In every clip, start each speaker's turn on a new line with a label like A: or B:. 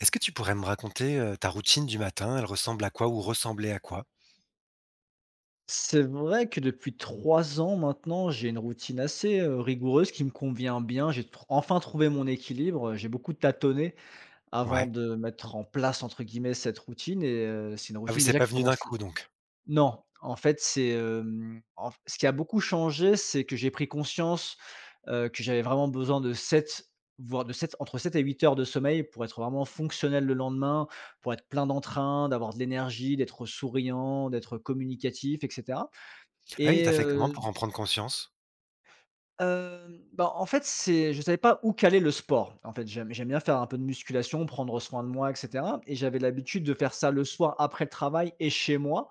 A: Est-ce que tu pourrais me raconter, ta routine du matin? Elle ressemble à quoi ou ressemblait à quoi?
B: C'est vrai que depuis 3 ans maintenant, j'ai une routine assez, rigoureuse qui me convient bien. J'ai tr enfin trouvé mon équilibre, j'ai beaucoup tâtonné avant
A: Ouais.
B: de mettre en place, entre guillemets, «cette routine» et c'est une
A: Ah oui,
B: routine
A: c'est
B: déjà
A: pas
B: qui
A: venu d'un
B: commence.
A: coup donc.
B: Non, en fait, en ce qui a beaucoup changé, c'est que j'ai pris conscience, que j'avais vraiment besoin de 7, voire de 7 entre 7 et 8 heures de sommeil pour être vraiment fonctionnel le lendemain, pour être plein d'entrain, d'avoir de l'énergie, d'être souriant, d'être communicatif etc.
A: Ah oui,
B: Et
A: t'as fait comment pour en prendre conscience?
B: en fait, c'est je savais pas où caler le sport. En fait, j'aime bien faire un peu de musculation, prendre soin de moi et cetera, et j'avais l'habitude de faire ça le soir après le travail et chez moi.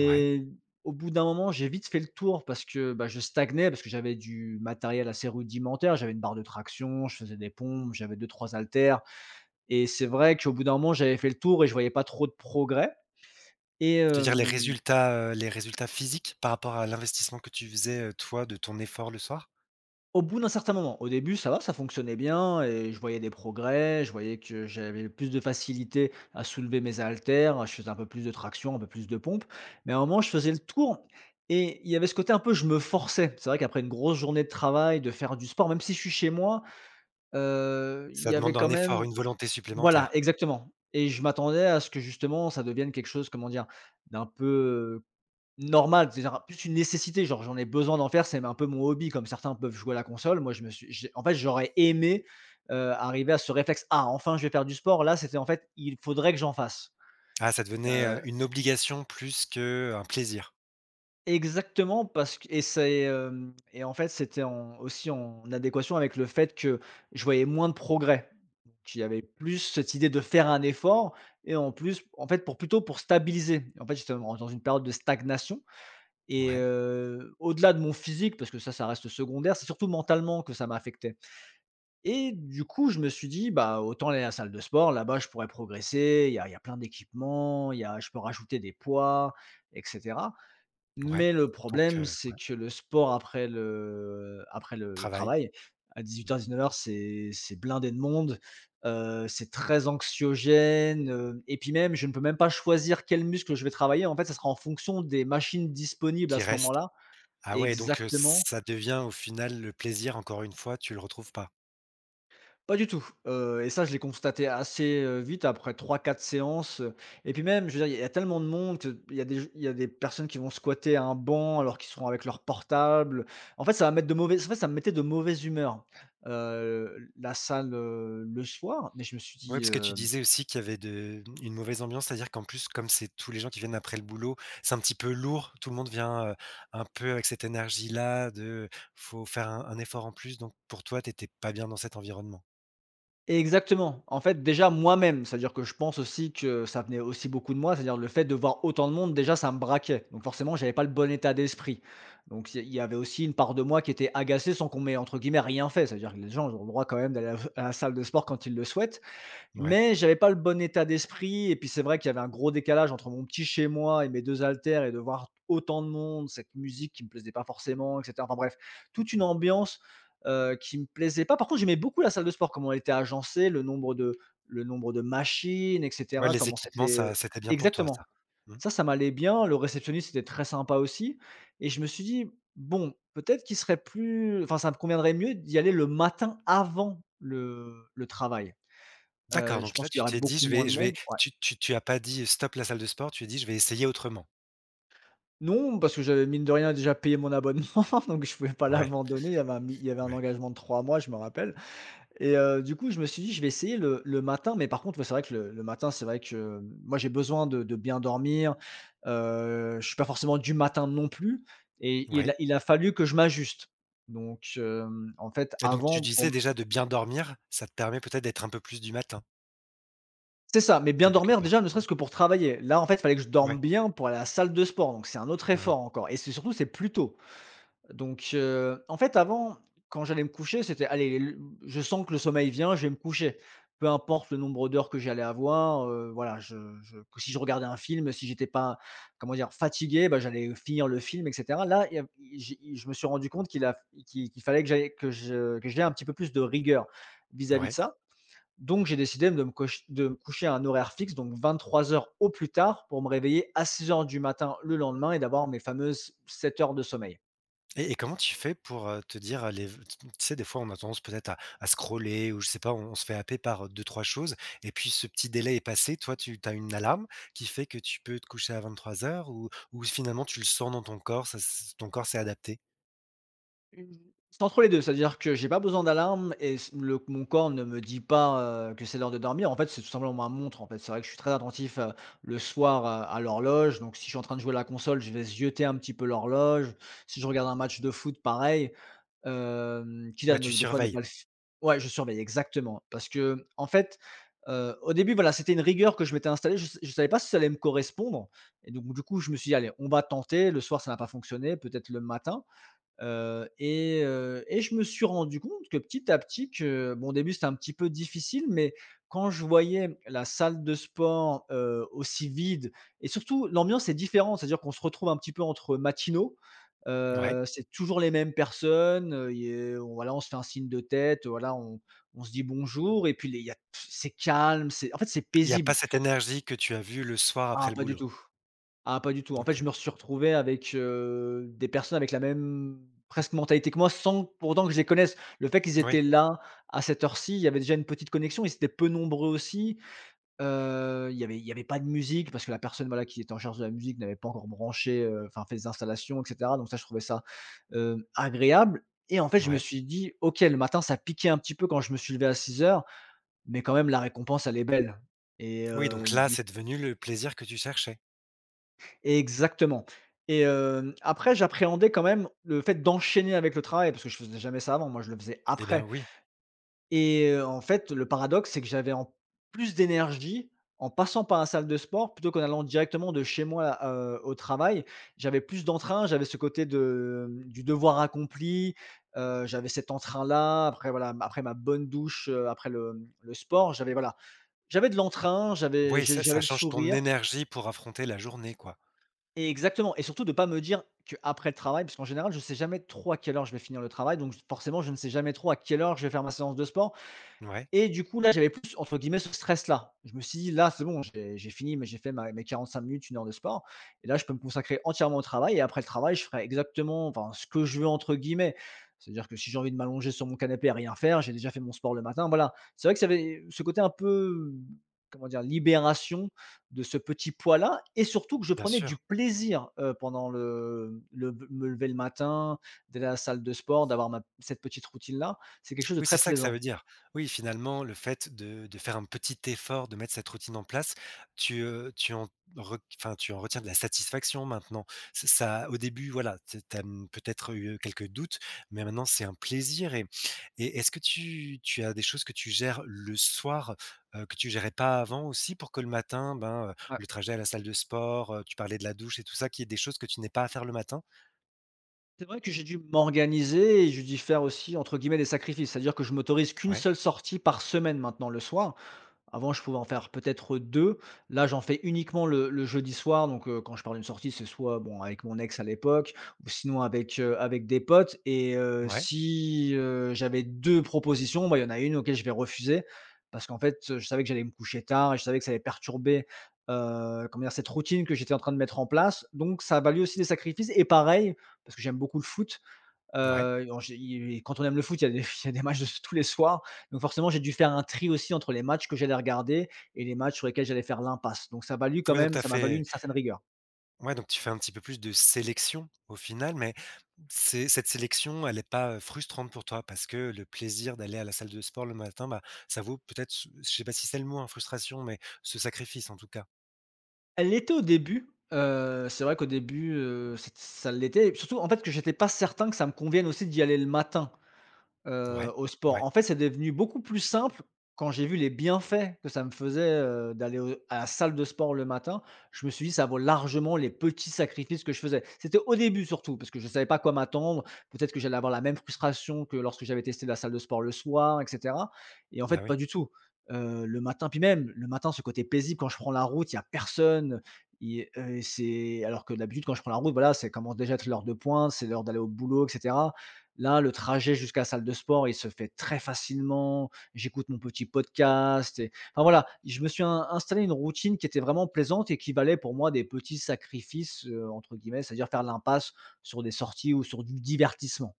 A: Ouais.
B: au bout d'un moment, j'ai vite fait le tour parce que, bah, je stagnais, parce que j'avais du matériel assez rudimentaire. J'avais une barre de traction, je faisais des pompes, j'avais deux trois haltères et c'est vrai qu'au bout d'un moment, j'avais fait le tour et je voyais pas trop de progrès et
A: Tu veux dire
B: hem
A: les résultats physiques par rapport à l'investissement que tu faisais, toi, de ton effort le soir?
B: Au bout d'un certain moment. Au début, ça va, ça fonctionnait bien et je voyais des progrès, je voyais que j'avais plus de facilité à soulever mes haltères, je faisais un peu plus de traction, un peu plus de pompe, mais à un moment, je faisais le tour et il y avait ce côté un peu je me forçais. C'est vrai qu'après une grosse journée de travail, de faire du sport, même si je suis chez moi, il
A: Ça
B: y avait
A: demande un
B: quand
A: effort,
B: même.
A: une volonté
B: Voilà,
A: supplémentaire.
B: exactement, et je m'attendais à ce que justement ça devienne quelque chose, comment dire? D'un peu, normal, cest à plus une nécessité, genre j'en ai besoin d'en faire, c'est un peu mon hobby comme certains peuvent jouer à la console. Moi, je me suis j'ai en fait, j'aurais aimé, arriver à ce réflexe: «Ah enfin je vais faire du sport». Là, c'était en fait: «Il faudrait que j'en fasse».
A: Ah, ça devenait,
B: Heu,
A: une obligation plus que un plaisir.
B: Exactement parce que et en fait, c'était en aussi en adéquation avec le fait que je voyais moins de progrès. Donc il y avait plus cette idée de faire un effort et en plus, en fait, pour plutôt pour stabiliser. En fait, j'étais dans une période de stagnation. Et
A: Ouais,
B: au-delà de mon physique, parce que ça reste secondaire, c'est surtout mentalement que ça m'a affecté. Et du coup, je me suis dit: «Bah, autant aller à la salle de sport, là-bas, je pourrais progresser, il y a plein d'équipements, il y a je peux rajouter des poids et cetera».
A: ouais,
B: Mais le
A: donc
B: problème, c'est que le sport après le
A: travail
B: travail, à dix-huit dix-neuf heures 19 h, c'est blindé de monde, c'est très anxiogène, et puis même, je ne peux même pas choisir quel muscle je vais travailler. En fait, ça sera en fonction des machines disponibles à
A: qui
B: ce
A: reste.
B: moment-là.
A: Ah ouais, donc
B: Exactement.
A: ça devient au final le plaisir, encore une fois, tu le retrouves pas?
B: Pas du tout, et ça, je l'ai constaté assez, vite après trois, quatre séances, et puis même, je veux dire, il y a tellement de monde qu'il y a des il y a des personnes qui vont squatter un banc alors qu'ils seront avec leur portable. En fait, ça me mettait de mauvaise humeur, la salle, le soir, mais je me suis
A: Ouais,
B: dit.
A: parce que tu disais aussi qu'il y avait de une mauvaise ambiance, c'est-à-dire qu'en plus, comme c'est tous les gens qui viennent après le boulot, c'est un petit peu lourd. Tout le monde vient, un peu avec cette énergie-là de faut faire un effort en plus. Donc pour toi, t'étais pas bien dans cet environnement?
B: Exactement. En fait, déjà moi-même, c'est-à-dire que je pense aussi que ça venait aussi beaucoup de moi, c'est-à-dire le fait de voir autant de monde, déjà, ça me braquait. Donc forcément, j'avais pas le bon état d'esprit. Donc il y avait aussi une part de moi qui était agacée sans qu'on m'ait, entre guillemets, rien fait. C'est-à-dire que les gens, ils ont le droit quand même d'aller à la salle de sport quand ils le souhaitent.
A: Ouais.
B: Mais j'avais pas le bon état d'esprit et puis c'est vrai qu'il y avait un gros décalage entre mon petit chez moi et mes 2 haltères et de voir autant de monde, cette musique qui me plaisait pas forcément et cetera. Enfin bref, toute une ambiance, qui me plaisait pas. Par contre, j'aimais beaucoup la salle de sport, comment elle était agencée, le nombre de machines et
A: Ouais,
B: cetera,
A: les
B: comment
A: équipements, ça
B: c'était,
A: c'était bien pour toi, ça?
B: exactement.
A: Mmh.
B: Ça m'allait bien, le réceptionniste était très sympa aussi et je me suis dit: «Bon, peut-être qu'il serait plus enfin ça me conviendrait mieux d'y aller le matin avant le travail».
A: D'accord,
B: Je
A: donc là,
B: pense qu'il
A: tu
B: y aurait
A: t'es dit:
B: beaucoup
A: «Je
B: moins
A: vais
B: de
A: je vais»,
B: monde, ouais.
A: tu as pas dit: «Stop la salle de sport», tu as dit: «Je vais essayer autrement».
B: Non, parce que j'avais mine de rien déjà payé mon abonnement, donc je pouvais pas
A: Ouais,
B: l'abandonner. Il y avait un
A: ouais,
B: engagement de 3 mois, je me rappelle, et du coup, je me suis dit: «Je vais essayer le matin», mais par contre, ouais, c'est vrai que le matin, c'est vrai que, moi, j'ai besoin de bien dormir, je suis pas forcément du matin non plus et
A: ouais,
B: il a fallu que je m'ajuste. Donc en fait,
A: et donc tu
B: avant, pour
A: disais
B: m
A: déjà de bien dormir, ça te permet peut-être d'être un peu plus du matin,
B: c'est ça, mais bien
A: quelque
B: dormir
A: part?
B: déjà, ne serait-ce que pour travailler. Là, en fait, fallait que je dorme
A: Ouais.
B: bien pour aller à la salle de sport, donc c'est un autre
A: Mmh.
B: effort encore et c'est surtout, c'est plus tôt. Donc, en fait, avant, quand j'allais me coucher, c'était: «Allez, le je sens que le sommeil vient, je vais me coucher». Peu importe le nombre d'heures que j'allais avoir, voilà, je que si je regardais un film, si j'étais pas, comment dire, fatigué, bah, j'allais finir le film et cetera. Là, il y av j'ai Je me suis rendu compte qu'il a qu'il qu'il fallait que j'aie un petit peu plus de rigueur vis-à-vis de
A: Ouais.
B: ça. Donc j'ai décidé de me coche de me coucher à un horaire fixe, donc 23 h au plus tard, pour me réveiller à 6 h du matin le lendemain et d'avoir mes fameuses 7 heures de sommeil.
A: Et comment tu fais pour, te dire, v tu tu sais, des fois, on a tendance peut-être à scroller ou je sais pas, on se fait happer par, 2-3 choses et puis ce petit délai est passé. Toi, tu as une alarme qui fait que tu peux te coucher à 23h ou finalement tu le sens dans ton corps, ça s ton corps s'est adapté?
B: Mmh, c'est entre les 2, c'est-à-dire que j'ai pas besoin d'alarme et s le mon corps ne me dit pas, que c'est l'heure de dormir. En fait, c'est tout simplement ma montre, en fait. C'est vrai que je suis très attentif, le soir, à l'horloge. Donc si je suis en train de jouer à la console, je vais zioter un petit peu l'horloge. Si je regarde un match de foot, pareil, quitte à
A: Ouais, tu
B: ne des fois ne
A: surveilles?
B: pas le f ouais, je surveille, exactement. Parce que en fait, au début, voilà, c'était une rigueur que je m'étais installée. Je savais pas si ça allait me correspondre et donc du coup, je me suis dit: «Allez, on va tenter». Le soir, ça n'a pas fonctionné, peut-être le matin. Et je me suis rendu compte que petit à petit que bon, au début, c'était un petit peu difficile, mais quand je voyais la salle de sport, aussi vide, et surtout l'ambiance est différente, c'est-à-dire qu'on se retrouve un petit peu entre matinaux,
A: Ouais.
B: c'est toujours les mêmes personnes, il y a voilà, on se fait un signe de tête, voilà, on se dit bonjour et puis les il y a c'est calme, c'est en fait, c'est
A: Il n'y a pas
B: paisible.
A: cette énergie que tu as vue le soir après
B: Ah,
A: le
B: pas du
A: boulot?
B: tout. Ah, pas du tout. En fait,
A: OK.
B: je me suis retrouvé avec, des personnes avec la même presque mentalité que moi, sans pourtant que je les connaisse. Le fait qu'ils
A: Oui,
B: étaient là à cette heure-ci, il y avait déjà une petite connexion, ils étaient peu nombreux aussi. Il y avait pas de musique parce que la personne, voilà, qui était en charge de la musique n'avait pas encore branché, enfin fait des installations et cetera. Donc ça, je trouvais ça, agréable, et en fait, je me
A: ouais.
B: suis dit: «OK, le matin, ça piquait un petit peu quand je me suis levé à 6 h, mais quand même la récompense, elle est belle» et
A: Oui, donc là,
B: du
A: c'est devenu le plaisir que tu cherchais?
B: Exactement, et après j'appréhendais quand même le fait d'enchaîner avec le travail parce que je faisais jamais ça avant, moi je le faisais
A: Eh bien,
B: après,
A: oui.
B: et en fait, le paradoxe, c'est que j'avais en plus d'énergie en passant par la salle de sport plutôt qu'en allant directement de chez moi, au travail. J'avais plus d'entrain, j'avais ce côté de, du devoir accompli, j'avais cet entrain-là. Après voilà, après ma bonne douche, après le sport, j'avais voilà, j'avais de l'entrain,
A: Oui, ça
B: j'avais le
A: change ton
B: sourire.
A: énergie pour affronter la journée, quoi.
B: Et exactement, et surtout de pas me dire qu'après le travail, parce qu'en général, je sais jamais trop à quelle heure je vais finir le travail, donc forcément, je ne sais jamais trop à quelle heure je vais faire ma séance de sport.
A: Ouais,
B: Et du coup, là, j'avais plus, entre guillemets, ce stress-là. Je me suis dit: «Là, c'est bon, j'ai fini, mais j'ai fait ma mes 45 minutes, une heure de sport et là, je peux me consacrer entièrement au travail et après le travail, je ferai exactement, enfin, ce que je veux» entre guillemets. C'est-à-dire que si j'ai envie de m'allonger sur mon canapé à rien faire, j'ai déjà fait mon sport le matin, voilà. C'est vrai que ça avait ce côté un peu, comment dire? Libération de ce petit poids-là, et surtout que je
A: bien
B: prenais du
A: sûr.
B: plaisir, pendant le me lever le matin, d'aller à la salle de sport, d'avoir ma cette petite routine-là. C'est quelque chose de
A: Oui, c'est
B: très
A: ça que ça veut
B: plaisant.
A: dire. Oui, finalement, le fait de faire un petit effort, de mettre cette routine en place, tu, tu en re enfin, tu en retiens de la satisfaction maintenant. Ç Ça au début, voilà, tu as, mmh, peut-être eu quelques doutes, mais maintenant c'est un plaisir et est-ce que tu as des choses que tu gères le soir, que tu gérais pas avant aussi pour que le matin, ben, le trajet à la salle de sport, tu parlais de la douche et tout ça, qu'il y ait des choses que tu n'aies pas à faire le matin?
B: C'est vrai que j'ai dû m'organiser et j'ai dû faire aussi, entre guillemets, «des sacrifices». C'est-à-dire que je m'autorise qu'une
A: Ouais,
B: seule sortie par semaine maintenant le soir. Avant, je pouvais en faire peut-être 2. Là, j'en fais uniquement le jeudi soir, donc quand je pars d'une sortie, c'est soit, bon, avec mon ex à l'époque, ou sinon avec, avec des potes, et
A: ouais,
B: si, j'avais 2 propositions, bah, il y en a une auquel je vais refuser, parce qu'en fait, je savais que j'allais me coucher tard et je savais que ça allait perturber, comment dire? Cette routine que j'étais en train de mettre en place, donc ça a valu aussi des sacrifices. Et pareil, parce que j'aime beaucoup le foot.
A: ouais.
B: Alors j'ai i quand on aime le foot, il y a des il y a des matchs de tous les soirs, donc forcément, j'ai dû faire un tri aussi entre les matchs que j'allais regarder et les matchs sur lesquels j'allais faire l'impasse, donc ça a valu quand
A: Ouais, donc tu
B: même
A: as
B: ça m'a valu
A: fait
B: une certaine rigueur.
A: Ouais, donc tu fais un petit peu plus de sélection au final, mais c'est cette sélection, elle est pas, frustrante pour toi? Parce que le plaisir d'aller à la salle de sport le matin, bah, ça vaut peut-être ce je sais pas si c'est le mot, hein, frustration, mais ce sacrifice en tout cas.
B: Elle l'était au début, c'est vrai qu'au début, c'ét ça l'était, et surtout, en fait, que j'étais pas certain que ça me convienne aussi d'y aller le matin.
A: Ouais,
B: Au sport.
A: ouais,
B: En fait, c'est devenu beaucoup plus simple quand j'ai vu les bienfaits que ça me faisait, d'aller au à la salle de sport le matin. Je me suis dit: «Ça vaut largement les petits sacrifices que je faisais». C'était au début surtout parce que je ne savais pas quoi m'attendre. Peut-être que j'allais avoir la même frustration que lorsque j'avais testé la salle de sport le soir, et cetera, et en
A: bah,
B: fait, pas
A: oui.
B: du tout. Le matin puis Même le matin, ce côté paisible quand je prends la route, il y a personne, il c'est alors que d'habitude, quand je prends la route, voilà, c'est commence déjà à être l'heure de pointe, c'est l'heure d'aller au boulot, etc. Là, le trajet jusqu'à la salle de sport, il se fait très facilement. J'écoute mon petit podcast et enfin voilà, je me suis in installé une routine qui était vraiment plaisante et qui valait pour moi des petits «sacrifices», entre guillemets, c'est-à-dire faire l'impasse sur des sorties ou sur du divertissement.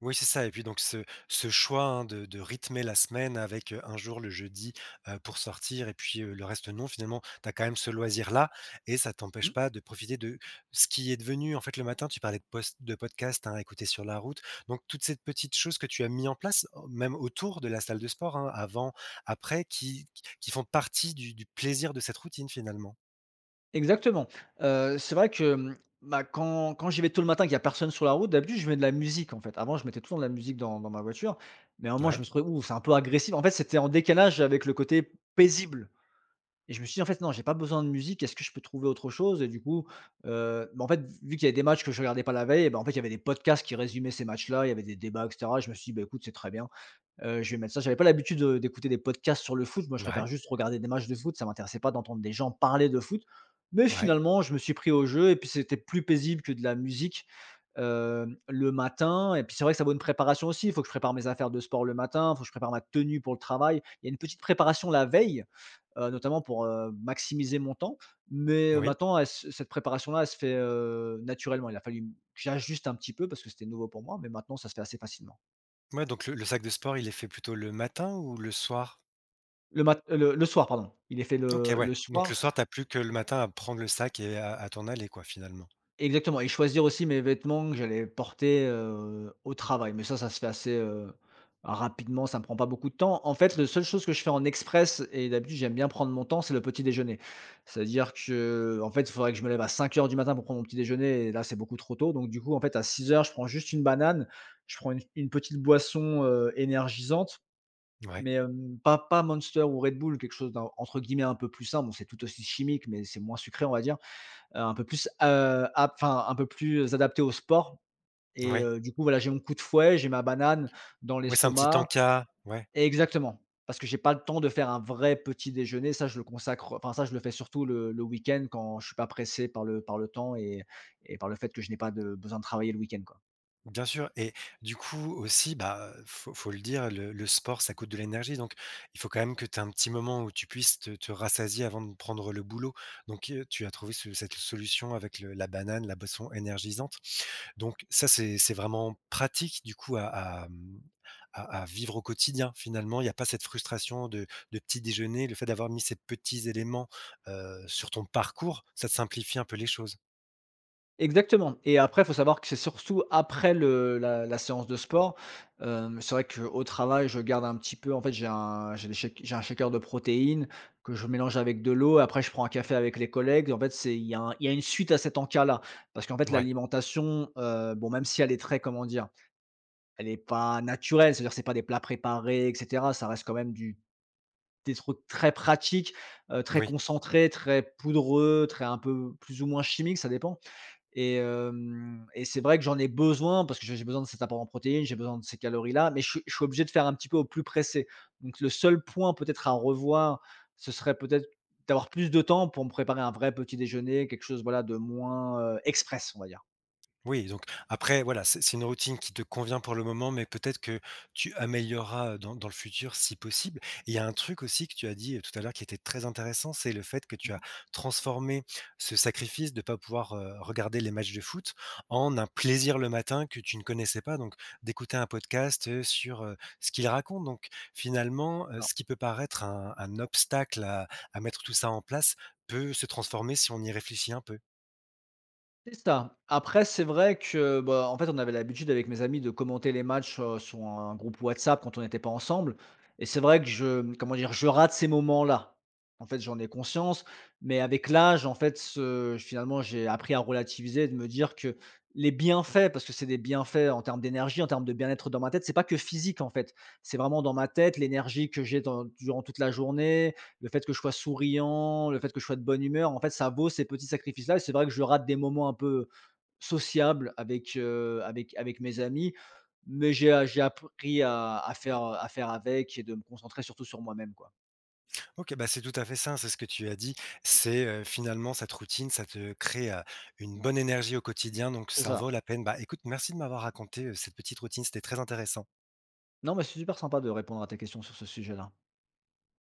A: Oui, c'est ça et puis donc ce choix, hein, de rythmer la semaine avec, un jour le jeudi, pour sortir et puis, le reste non, finalement, tu as quand même ce loisir-là et ça t'empêche
B: Mmh,
A: pas de profiter de ce qui est devenu en fait, le matin, tu parlais de post de podcast, hein, à écouter sur la route, donc toutes ces petites choses que tu as mis en place, au même autour de la salle de sport, hein, avant, après, qui font partie du plaisir de cette routine, finalement.
B: exactement. C'est vrai que, mmh, bah, quand j'y vais tôt le matin, qu'il y a personne sur la route, d'habitude, je mets de la musique, en fait. Avant, je mettais toujours de la musique dans ma voiture, mais à un moment, je
A: Ouais,
B: me suis trouvé: «Ouh, c'est un peu agressif». En fait, c'était en décalage avec le côté paisible. Et je me suis dit: «En fait, non, j'ai pas besoin de musique, est-ce que je peux trouver autre chose?» Et du coup, bah, en fait, vu qu'il y avait des matchs que je regardais pas la veille, bah, en fait, il y avait des podcasts qui résumaient ces matchs-là, il y avait des débats et cetera. Je me suis dit: «Bah, écoute, c'est très bien, je vais mettre ça». J'avais pas l'habitude, d'écouter des podcasts sur le foot. Moi, je préfère
A: ouais,
B: juste regarder des matchs de foot, ça m'intéressait pas d'entendre des gens parler de foot. Mais
A: ouais,
B: finalement, je me suis pris au jeu, et puis c'était plus paisible que de la musique, hem, le matin. Et puis c'est vrai que ça vaut une préparation aussi. Il faut que je prépare mes affaires de sport le matin, il faut que je prépare ma tenue pour le travail. Il y a une petite préparation la veille, notamment pour, maximiser mon temps. Mais,
A: oui.
B: maintenant, elle se cette préparation-là, elle se fait, naturellement. Il a fallu que j'ajuste un petit peu parce que c'était nouveau pour moi, mais maintenant ça se fait assez facilement.
A: Ouais, donc le sac de sport, il est fait plutôt le matin ou le soir?
B: Le mat le soir, pardon. Il est fait
A: OK,
B: le
A: ouais.
B: le
A: Donc
B: soir.
A: le soir, t'as plus que le matin à prendre le sac et à t'en aller quoi, finalement?
B: Exactement, et choisir aussi mes vêtements que j'allais porter, au travail. Mais ça se fait assez, rapidement, ça ne me prend pas beaucoup de temps. En fait, la seule chose que je fais en express, et d'habitude, j'aime bien prendre mon temps, c'est le petit déjeuner. C'est-à-dire que, en fait, il faudrait que je me lève à 5 heures du matin pour prendre mon petit déjeuner et là, c'est beaucoup trop tôt. Donc du coup, en fait, à 6 heures, je prends juste une banane, je prends une petite boisson, énergisante,
A: Ouais,
B: mais hem, pas Monster ou Red Bull, quelque chose d'un entre guillemets «un peu plus sain». Bon, c'est tout aussi chimique, mais c'est moins sucré, on va dire, un peu plus, ap enfin, un peu plus adapté au sport, et
A: ouais,
B: du coup, voilà, j'ai mon coup de fouet, j'ai ma banane dans
A: ouais, c'est un petit
B: l'estomac,
A: encas, ouais,
B: exactement, parce que j'ai pas le temps de faire un vrai petit déjeuner. Ça, je le consacre enfin, ça, je le fais surtout le week-end quand je suis pas pressé par le temps, et par le fait que je n'ai pas de besoin de travailler le week-end, quoi.
A: bien sûr et du coup aussi, bah, faut le dire, le sport, ça coûte de l'énergie donc il faut quand même que tu aies un petit moment où tu puisses te rassasier avant de prendre le boulot donc tu as trouvé ce cette solution avec le la banane, la boisson énergisante? Donc ça, c'est vraiment pratique du coup à à vivre au quotidien finalement. Il y a pas cette frustration de petit déjeuner, le fait d'avoir mis ces petits éléments, sur ton parcours, ça te simplifie un peu les choses.
B: Exactement, et après, il faut savoir que c'est surtout après le la la séance de sport, hem, c'est vrai qu'au travail, je garde un petit peu, en fait, j'ai un shaker de protéines que je mélange avec de l'eau. Après, je prends un café avec les collègues. En fait, c'est il y a un il y a une suite à cet encas-là. Parce qu'en fait,
A: Ouais,
B: l'alimentation, bon, même si elle est très, comment dire? Elle n'est pas naturelle, c'est-à-dire c'est pas des plats préparés et cetera. Ça reste quand même du des trucs très pratiques, très
A: oui.
B: concentrés, très poudreux, très un peu plus ou moins chimiques, ça dépend. Et hem, et c'est vrai que j'en ai besoin parce que j'ai besoin de cet apport en protéines, j'ai besoin de ces calories-là, mais je suis obligé de faire un petit peu au plus pressé. Donc le seul point peut-être à revoir, ce serait peut-être d'avoir plus de temps pour me préparer un vrai petit déjeuner, quelque chose, voilà, de moins, express, on va dire.
A: Oui, donc après voilà, c'est une routine qui te convient pour le moment, mais peut-être que tu amélioreras, dans le futur si possible. Et il y a un truc aussi que tu as dit, tout à l'heure qui était très intéressant, c'est le fait que tu as
B: Mmh.
A: transformé ce sacrifice de ne pas pouvoir, regarder les matchs de foot en un plaisir le matin que tu ne connaissais pas, donc d'écouter un podcast, sur, ce qu'il raconte. Donc finalement, ce qui peut paraître un obstacle à mettre tout ça en place peut se transformer si on y réfléchit un peu.
B: C'est ça. Après, c'est vrai que, bah, en fait, on avait l'habitude avec mes amis de commenter les matchs, sur un groupe WhatsApp quand on n'était pas ensemble, et c'est vrai que je, comment dire? Je rate ces moments-là. En fait, j'en ai conscience, mais avec l'âge, en fait, ce finalement, j'ai appris à relativiser, de me dire que les bienfaits, parce que c'est des bienfaits en termes d'énergie, en termes de bien-être dans ma tête, c'est pas que physique, en fait. C'est vraiment dans ma tête, l'énergie que j'ai dans durant toute la journée, le fait que je sois souriant, le fait que je sois de bonne humeur, en fait, ça vaut ces petits sacrifices-là. Et c'est vrai que je rate des moments un peu sociables avec, avec mes amis, mais j'ai appris à faire avec, et de me concentrer surtout sur moi-même, quoi.
A: OK, bah, c'est tout à fait ça, c'est ce que tu as dit. C'est, finalement cette routine, ça te crée, une bonne énergie au quotidien, donc
B: C'est
A: ça en vaut
B: ça.
A: la peine. Bah, écoute, merci de m'avoir raconté, cette petite routine, c'était très intéressant.
B: Non, mais c'est super sympa de répondre à ta question sur ce sujet-là.